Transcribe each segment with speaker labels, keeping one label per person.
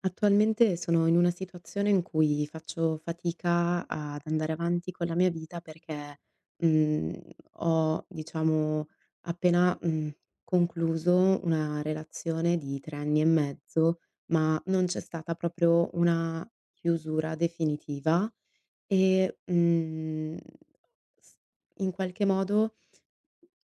Speaker 1: Attualmente sono in una situazione in cui faccio fatica ad andare avanti con la mia vita perché, mhmm, ho diciamo appena, concluso una relazione di 3 anni e mezzo, ma non c'è stata proprio una chiusura definitiva e, mhmm, s in qualche modo,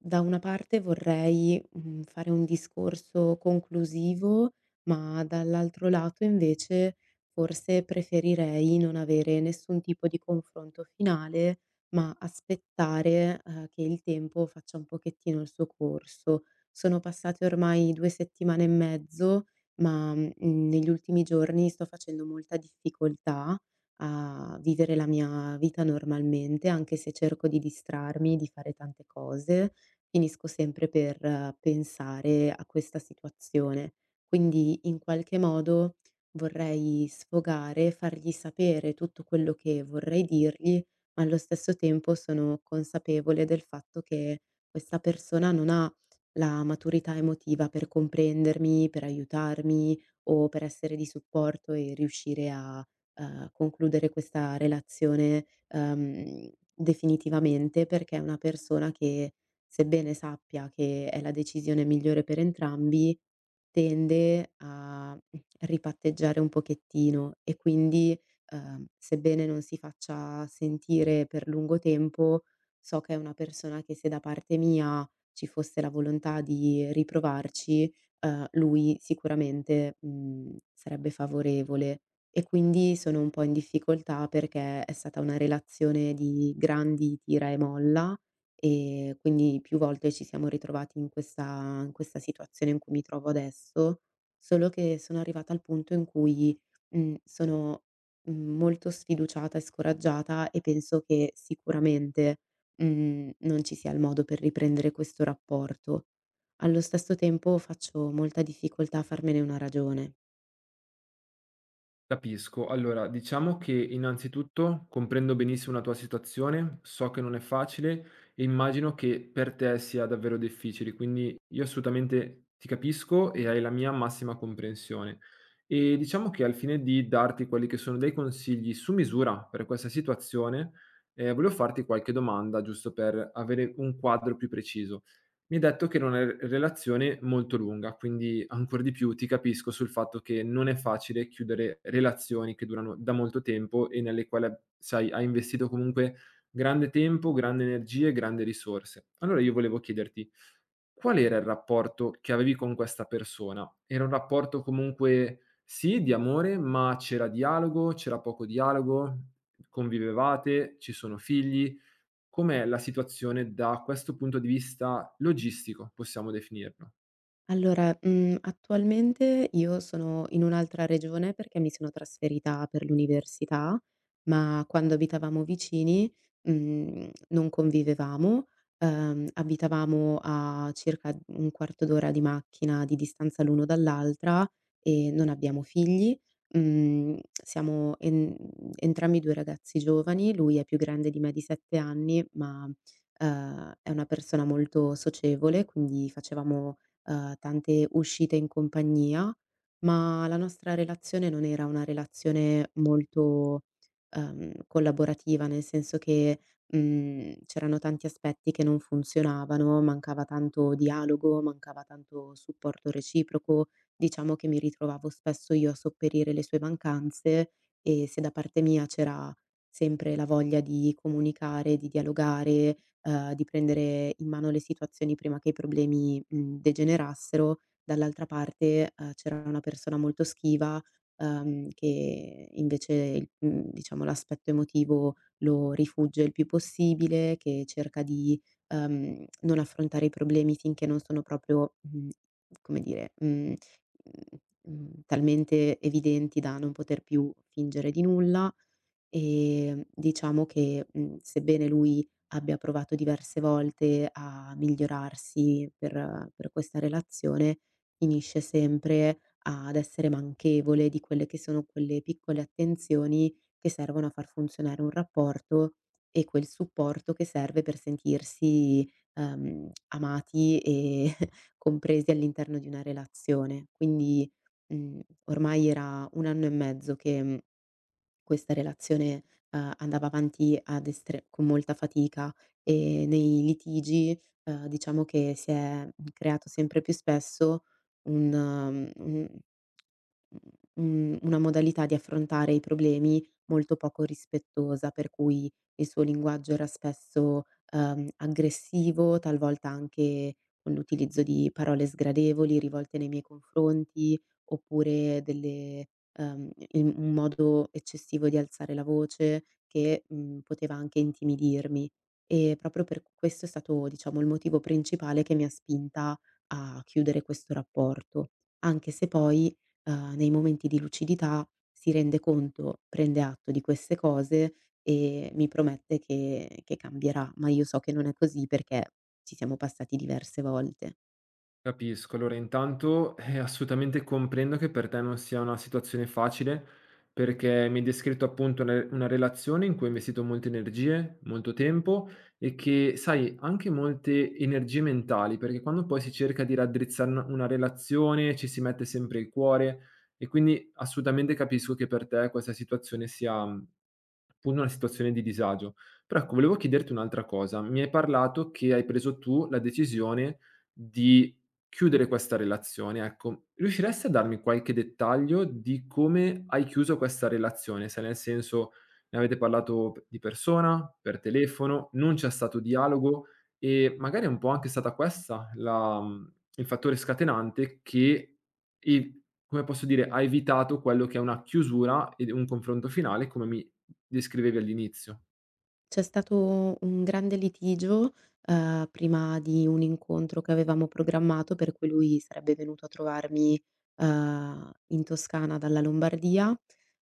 Speaker 1: da una parte vorrei fare un discorso conclusivo, ma dall'altro lato invece forse preferirei non avere nessun tipo di confronto finale, ma aspettare che il tempo faccia un pochettino il suo corso. Sono passate ormai 2 settimane e mezzo, ma negli ultimi giorni sto facendo molta difficoltà a vivere la mia vita normalmente, anche se cerco di distrarmi, di fare tante cose, finisco sempre per pensare a questa situazione. Quindi in qualche modo vorrei sfogare, fargli sapere tutto quello che vorrei dirgli, ma allo stesso tempo sono consapevole del fatto che questa persona non ha la maturità emotiva per comprendermi, per aiutarmi o per essere di supporto e riuscire a concludere questa relazione, definitivamente, perché è una persona che, sebbene sappia che è la decisione migliore per entrambi, tende a ripatteggiare un pochettino, e quindi, sebbene non si faccia sentire per lungo tempo, so che è una persona che, se da parte mia ci fosse la volontà di riprovarci, lui sicuramente, sarebbe favorevole. E quindi sono un po' in difficoltà perché è stata una relazione di grandi tira e molla. Quindi più volte ci siamo ritrovati in questa situazione in cui mi trovo adesso, solo che sono arrivata al punto in cui sono molto sfiduciata e scoraggiata, e penso che sicuramente, non ci sia il modo per riprendere questo rapporto. Allo stesso tempo faccio molta difficoltà a farmene una ragione.
Speaker 2: Capisco. Allora, diciamo che innanzitutto comprendo benissimo la tua situazione, so che non è facile e immagino che per te sia davvero difficile, quindi io assolutamente ti capisco e hai la mia massima comprensione. E diciamo che al fine di darti quelli che sono dei consigli su misura per questa situazione, volevo farti qualche domanda giusto per avere un quadro più preciso. Mi hai detto che era una re relazione molto lunga, quindi ancor di più ti capisco sul fatto che non è facile chiudere relazioni che durano da molto tempo e nelle quali a sai, hai investito comunque grande tempo, grande energie, grande risorse. Allora io volevo chiederti: qual era il rapporto che avevi con questa persona? Era un rapporto comunque, sì, di amore, ma c'era dialogo, c'era poco dialogo? Convivevate? Ci sono figli? Com'è la situazione da questo punto di vista logistico, possiamo definirlo?
Speaker 1: Allora, attualmente io sono in un'altra regione perché mi sono trasferita per l'università, ma quando abitavamo vicini, non convivevamo, abitavamo a circa un quarto d'ora di macchina di distanza l'uno dall'altra, e non abbiamo figli. Mhmm, siamo en entrambi 2 ragazzi giovani, lui è più grande di me di 7 anni, ma è una persona molto socievole, quindi facevamo tante uscite in compagnia, ma la nostra relazione non era una relazione molto collaborativa, nel senso che c'erano tanti aspetti che non funzionavano, mancava tanto dialogo, mancava tanto supporto reciproco. Diciamo che mi ritrovavo spesso io a sopperire le sue mancanze, e se da parte mia c'era sempre la voglia di comunicare, di dialogare, di prendere in mano le situazioni prima che i problemi degenerassero, dall'altra parte, c'era una persona molto schiva, che invece diciamo l'aspetto emotivo lo rifugge il più possibile, che cerca di non affrontare i problemi finché non sono proprio, come dire, mhmm, talmente evidenti da non poter più fingere di nulla. Diciamo che, sebbene lui abbia provato diverse volte a migliorarsi per questa relazione, finisce sempre ad essere manchevole di quelle che sono quelle piccole attenzioni che servono a far funzionare un rapporto e quel supporto che serve per sentirsi, amati e compresi all'interno di una relazione. Quindi, mhmm, ormai era 1 anno e mezzo che questa relazione andava avanti ad estre con molta fatica, e nei litigi, diciamo che si è creato sempre più spesso un mhmm, un Mhmm, una modalità di affrontare i problemi molto poco rispettosa, per cui il suo linguaggio era spesso aggressivo, talvolta anche con l'utilizzo di parole sgradevoli rivolte nei miei confronti, oppure delle il un modo eccessivo di alzare la voce che poteva anche intimidirmi. E proprio per questo è stato, diciamo, il motivo principale che mi ha spinta a chiudere questo rapporto, anche se poi, nei momenti di lucidità si rende conto, prende atto di queste cose, e mi promette che cambierà, ma io so che non è così perché ci siamo passati diverse volte.
Speaker 2: Capisco. Allora intanto, assolutamente comprendo che per te non sia una situazione facile, perché mi hai descritto appunto una relazione in cui hai investito molte energie, molto tempo e che, sai, anche molte energie mentali, perché quando poi si cerca di raddrizzare una relazione ci si mette sempre il cuore e quindi assolutamente capisco che per te questa situazione sia, appunto una situazione di disagio. Però ecco, volevo chiederti un'altra cosa: mi hai parlato che hai preso tu la decisione di chiudere questa relazione, ecco. Riusciresti a darmi qualche dettaglio di come hai chiuso questa relazione? Se nel senso, ne avete parlato p di persona, per telefono, non c'è stato dialogo e magari è un po' anche stata questa la il fattore scatenante che i come posso dire, ha evitato quello che è una chiusura ed un confronto finale come mi descrivevi all'inizio.
Speaker 1: C'è stato un grande litigio, prima di un incontro che avevamo programmato, per cui lui sarebbe venuto a trovarmi, in Toscana dalla Lombardia,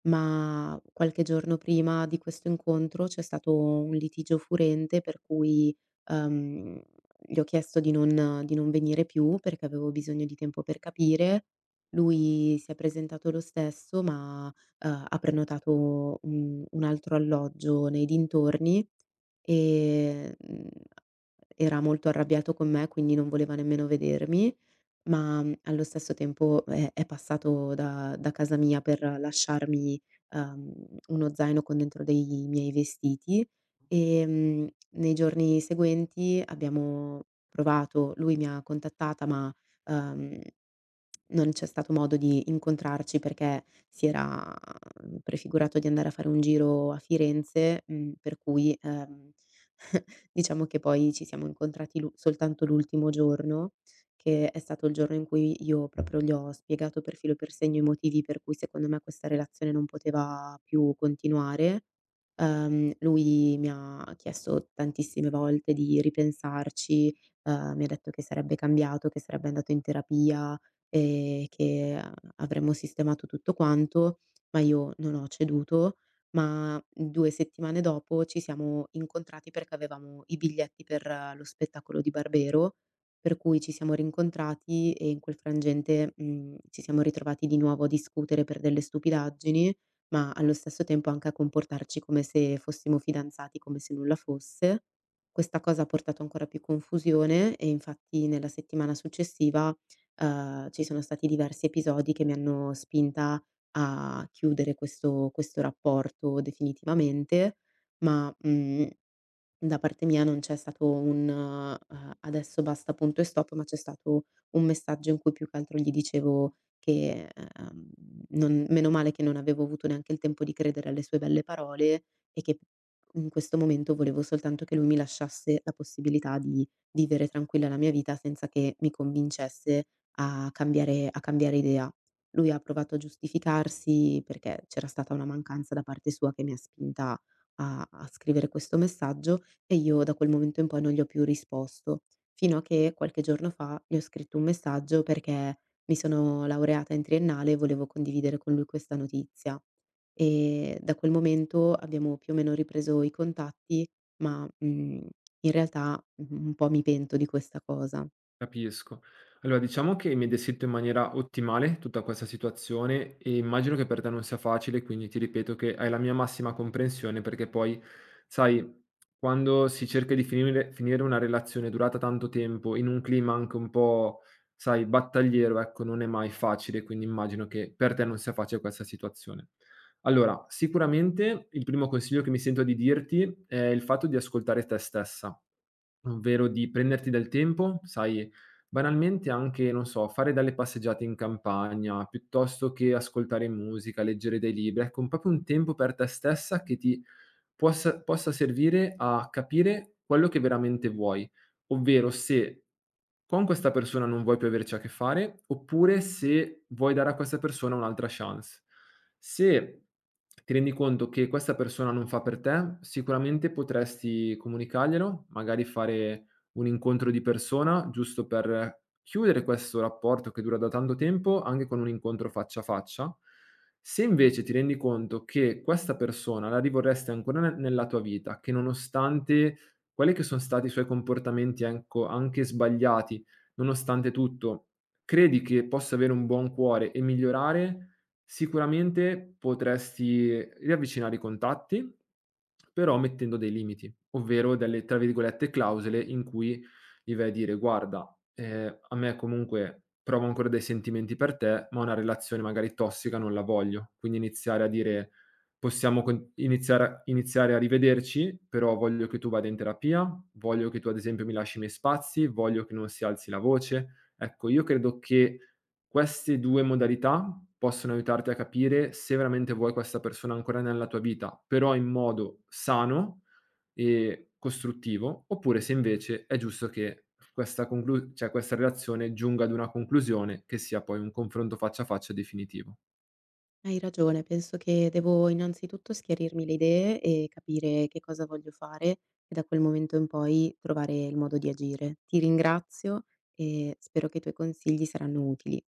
Speaker 1: ma qualche giorno prima di questo incontro c'è stato un litigio furente per cui, ehm, gli ho chiesto di non venire più perché avevo bisogno di tempo per capire. Lui si è presentato lo stesso, ma ha prenotato un altro alloggio nei dintorni, ehm, mhmm, Era molto arrabbiato con me, quindi non voleva nemmeno vedermi, ma, allo stesso tempo, è passato da casa mia per lasciarmi, uhm, uno zaino con dentro dei miei vestiti. Nei giorni seguenti, abbiamo provato lui mi ha contattata, ma, uhm non c'è stato modo di incontrarci perché si era prefigurato di andare a fare un giro a Firenze, per cui, diciamo che poi ci siamo incontrati l'u soltanto l'ultimo giorno, che è stato il giorno in cui io proprio gli ho spiegato per filo e per segno i motivi per cui secondo me questa relazione non poteva più continuare. Lui mi ha chiesto tantissime volte di ripensarci, mi ha detto che sarebbe cambiato, che sarebbe andato in terapia, che a avremmo sistemato tutto quanto, ma io non ho ceduto, ma 2 settimane dopo ci siamo incontrati perché avevamo i biglietti per lo spettacolo di Barbero, per cui ci siamo rincontrati e in quel frangente, ci siamo ritrovati di nuovo a discutere per delle stupidaggini, ma allo stesso tempo anche a comportarci come se fossimo fidanzati, come se nulla fosse. Questa cosa ha portato ancora più confusione, e infatti nella settimana successiva, ci sono stati diversi episodi che mi hanno spinta a chiudere questo rapporto definitivamente, ma, mhmm da parte mia non c'è stato un "adesso basta, punto e stop", ma c'è stato un messaggio in cui più che altro gli dicevo che, uhm, non, meno male che non avevo avuto neanche il tempo di credere alle sue belle parole, e che in questo momento volevo soltanto che lui mi lasciasse la possibilità di vivere tranquilla la mia vita senza che mi convincesse a cambiare idea. Lui ha provato a giustificarsi perché c'era stata una mancanza da parte sua che mi ha spinta a scrivere questo messaggio, e io da quel momento in poi non gli ho più risposto, fino a che qualche giorno fa gli ho scritto un messaggio perché mi sono laureata in triennale e volevo condividere con lui questa notizia. E da quel momento abbiamo più o meno ripreso i contatti, ma, in realtà, un po' mi pento di questa cosa.
Speaker 2: Capisco. Allora, diciamo che mi hai descritto in maniera ottimale tutta questa situazione e immagino che per te non sia facile, quindi ti ripeto che hai la mia massima comprensione perché poi, sai, quando si cerca di finire, finire una relazione durata tanto tempo in un clima anche un po', sai, battagliero, ecco, non è mai facile, quindi immagino che per te non sia facile questa situazione. Allora, sicuramente il primo consiglio che mi sento di dirti è il fatto di ascoltare te stessa. Ovvero di prenderti del tempo, sai, banalmente anche, non so, fare delle passeggiate in campagna, piuttosto che ascoltare musica, leggere dei libri. Ecco, un proprio un tempo per te stessa che ti possa servire a capire quello che veramente vuoi, ovvero se con questa persona non vuoi più averci a che fare, oppure se vuoi dare a questa persona un'altra chance. Se ti rendi conto che questa persona non fa per te, sicuramente potresti comunicarglielo, magari fare un incontro di persona, giusto per chiudere questo rapporto che dura da tanto tempo, anche con un incontro faccia a faccia se invece ti rendi conto che questa persona la rivorresti ancora ne nella tua vita, che nonostante quelli che son stati i suoi comportamenti, ecco, anche sbagliati, nonostante tutto, credi che possa avere un buon cuore e migliorare, sicuramente potresti riavvicinare i contatti, però mettendo dei limiti, ovvero delle, tra virgolette, "clausole" in cui gli vai a dire: "Guarda, a me comunque provo ancora dei sentimenti per te, ma una relazione magari tossica non la voglio". Quindi iniziare a dire: "Possiamo con iniziare a rivederci, però voglio che tu vada in terapia, voglio che tu ad esempio mi lasci i miei spazi, voglio che non si alzi la voce". Ecco, io credo che queste 2 modalità possono aiutarti a capire se veramente vuoi questa persona ancora nella tua vita, però in modo sano costruttivo, oppure se invece è giusto che questa conclu cioè questa relazione giunga ad una conclusione che sia poi un confronto faccia a faccia definitivo.
Speaker 1: Hai ragione, penso che devo innanzitutto schiarirmi le idee e capire che cosa voglio fare, e da quel momento in poi trovare il modo di agire. Ti ringrazio e spero che i tuoi consigli saranno utili.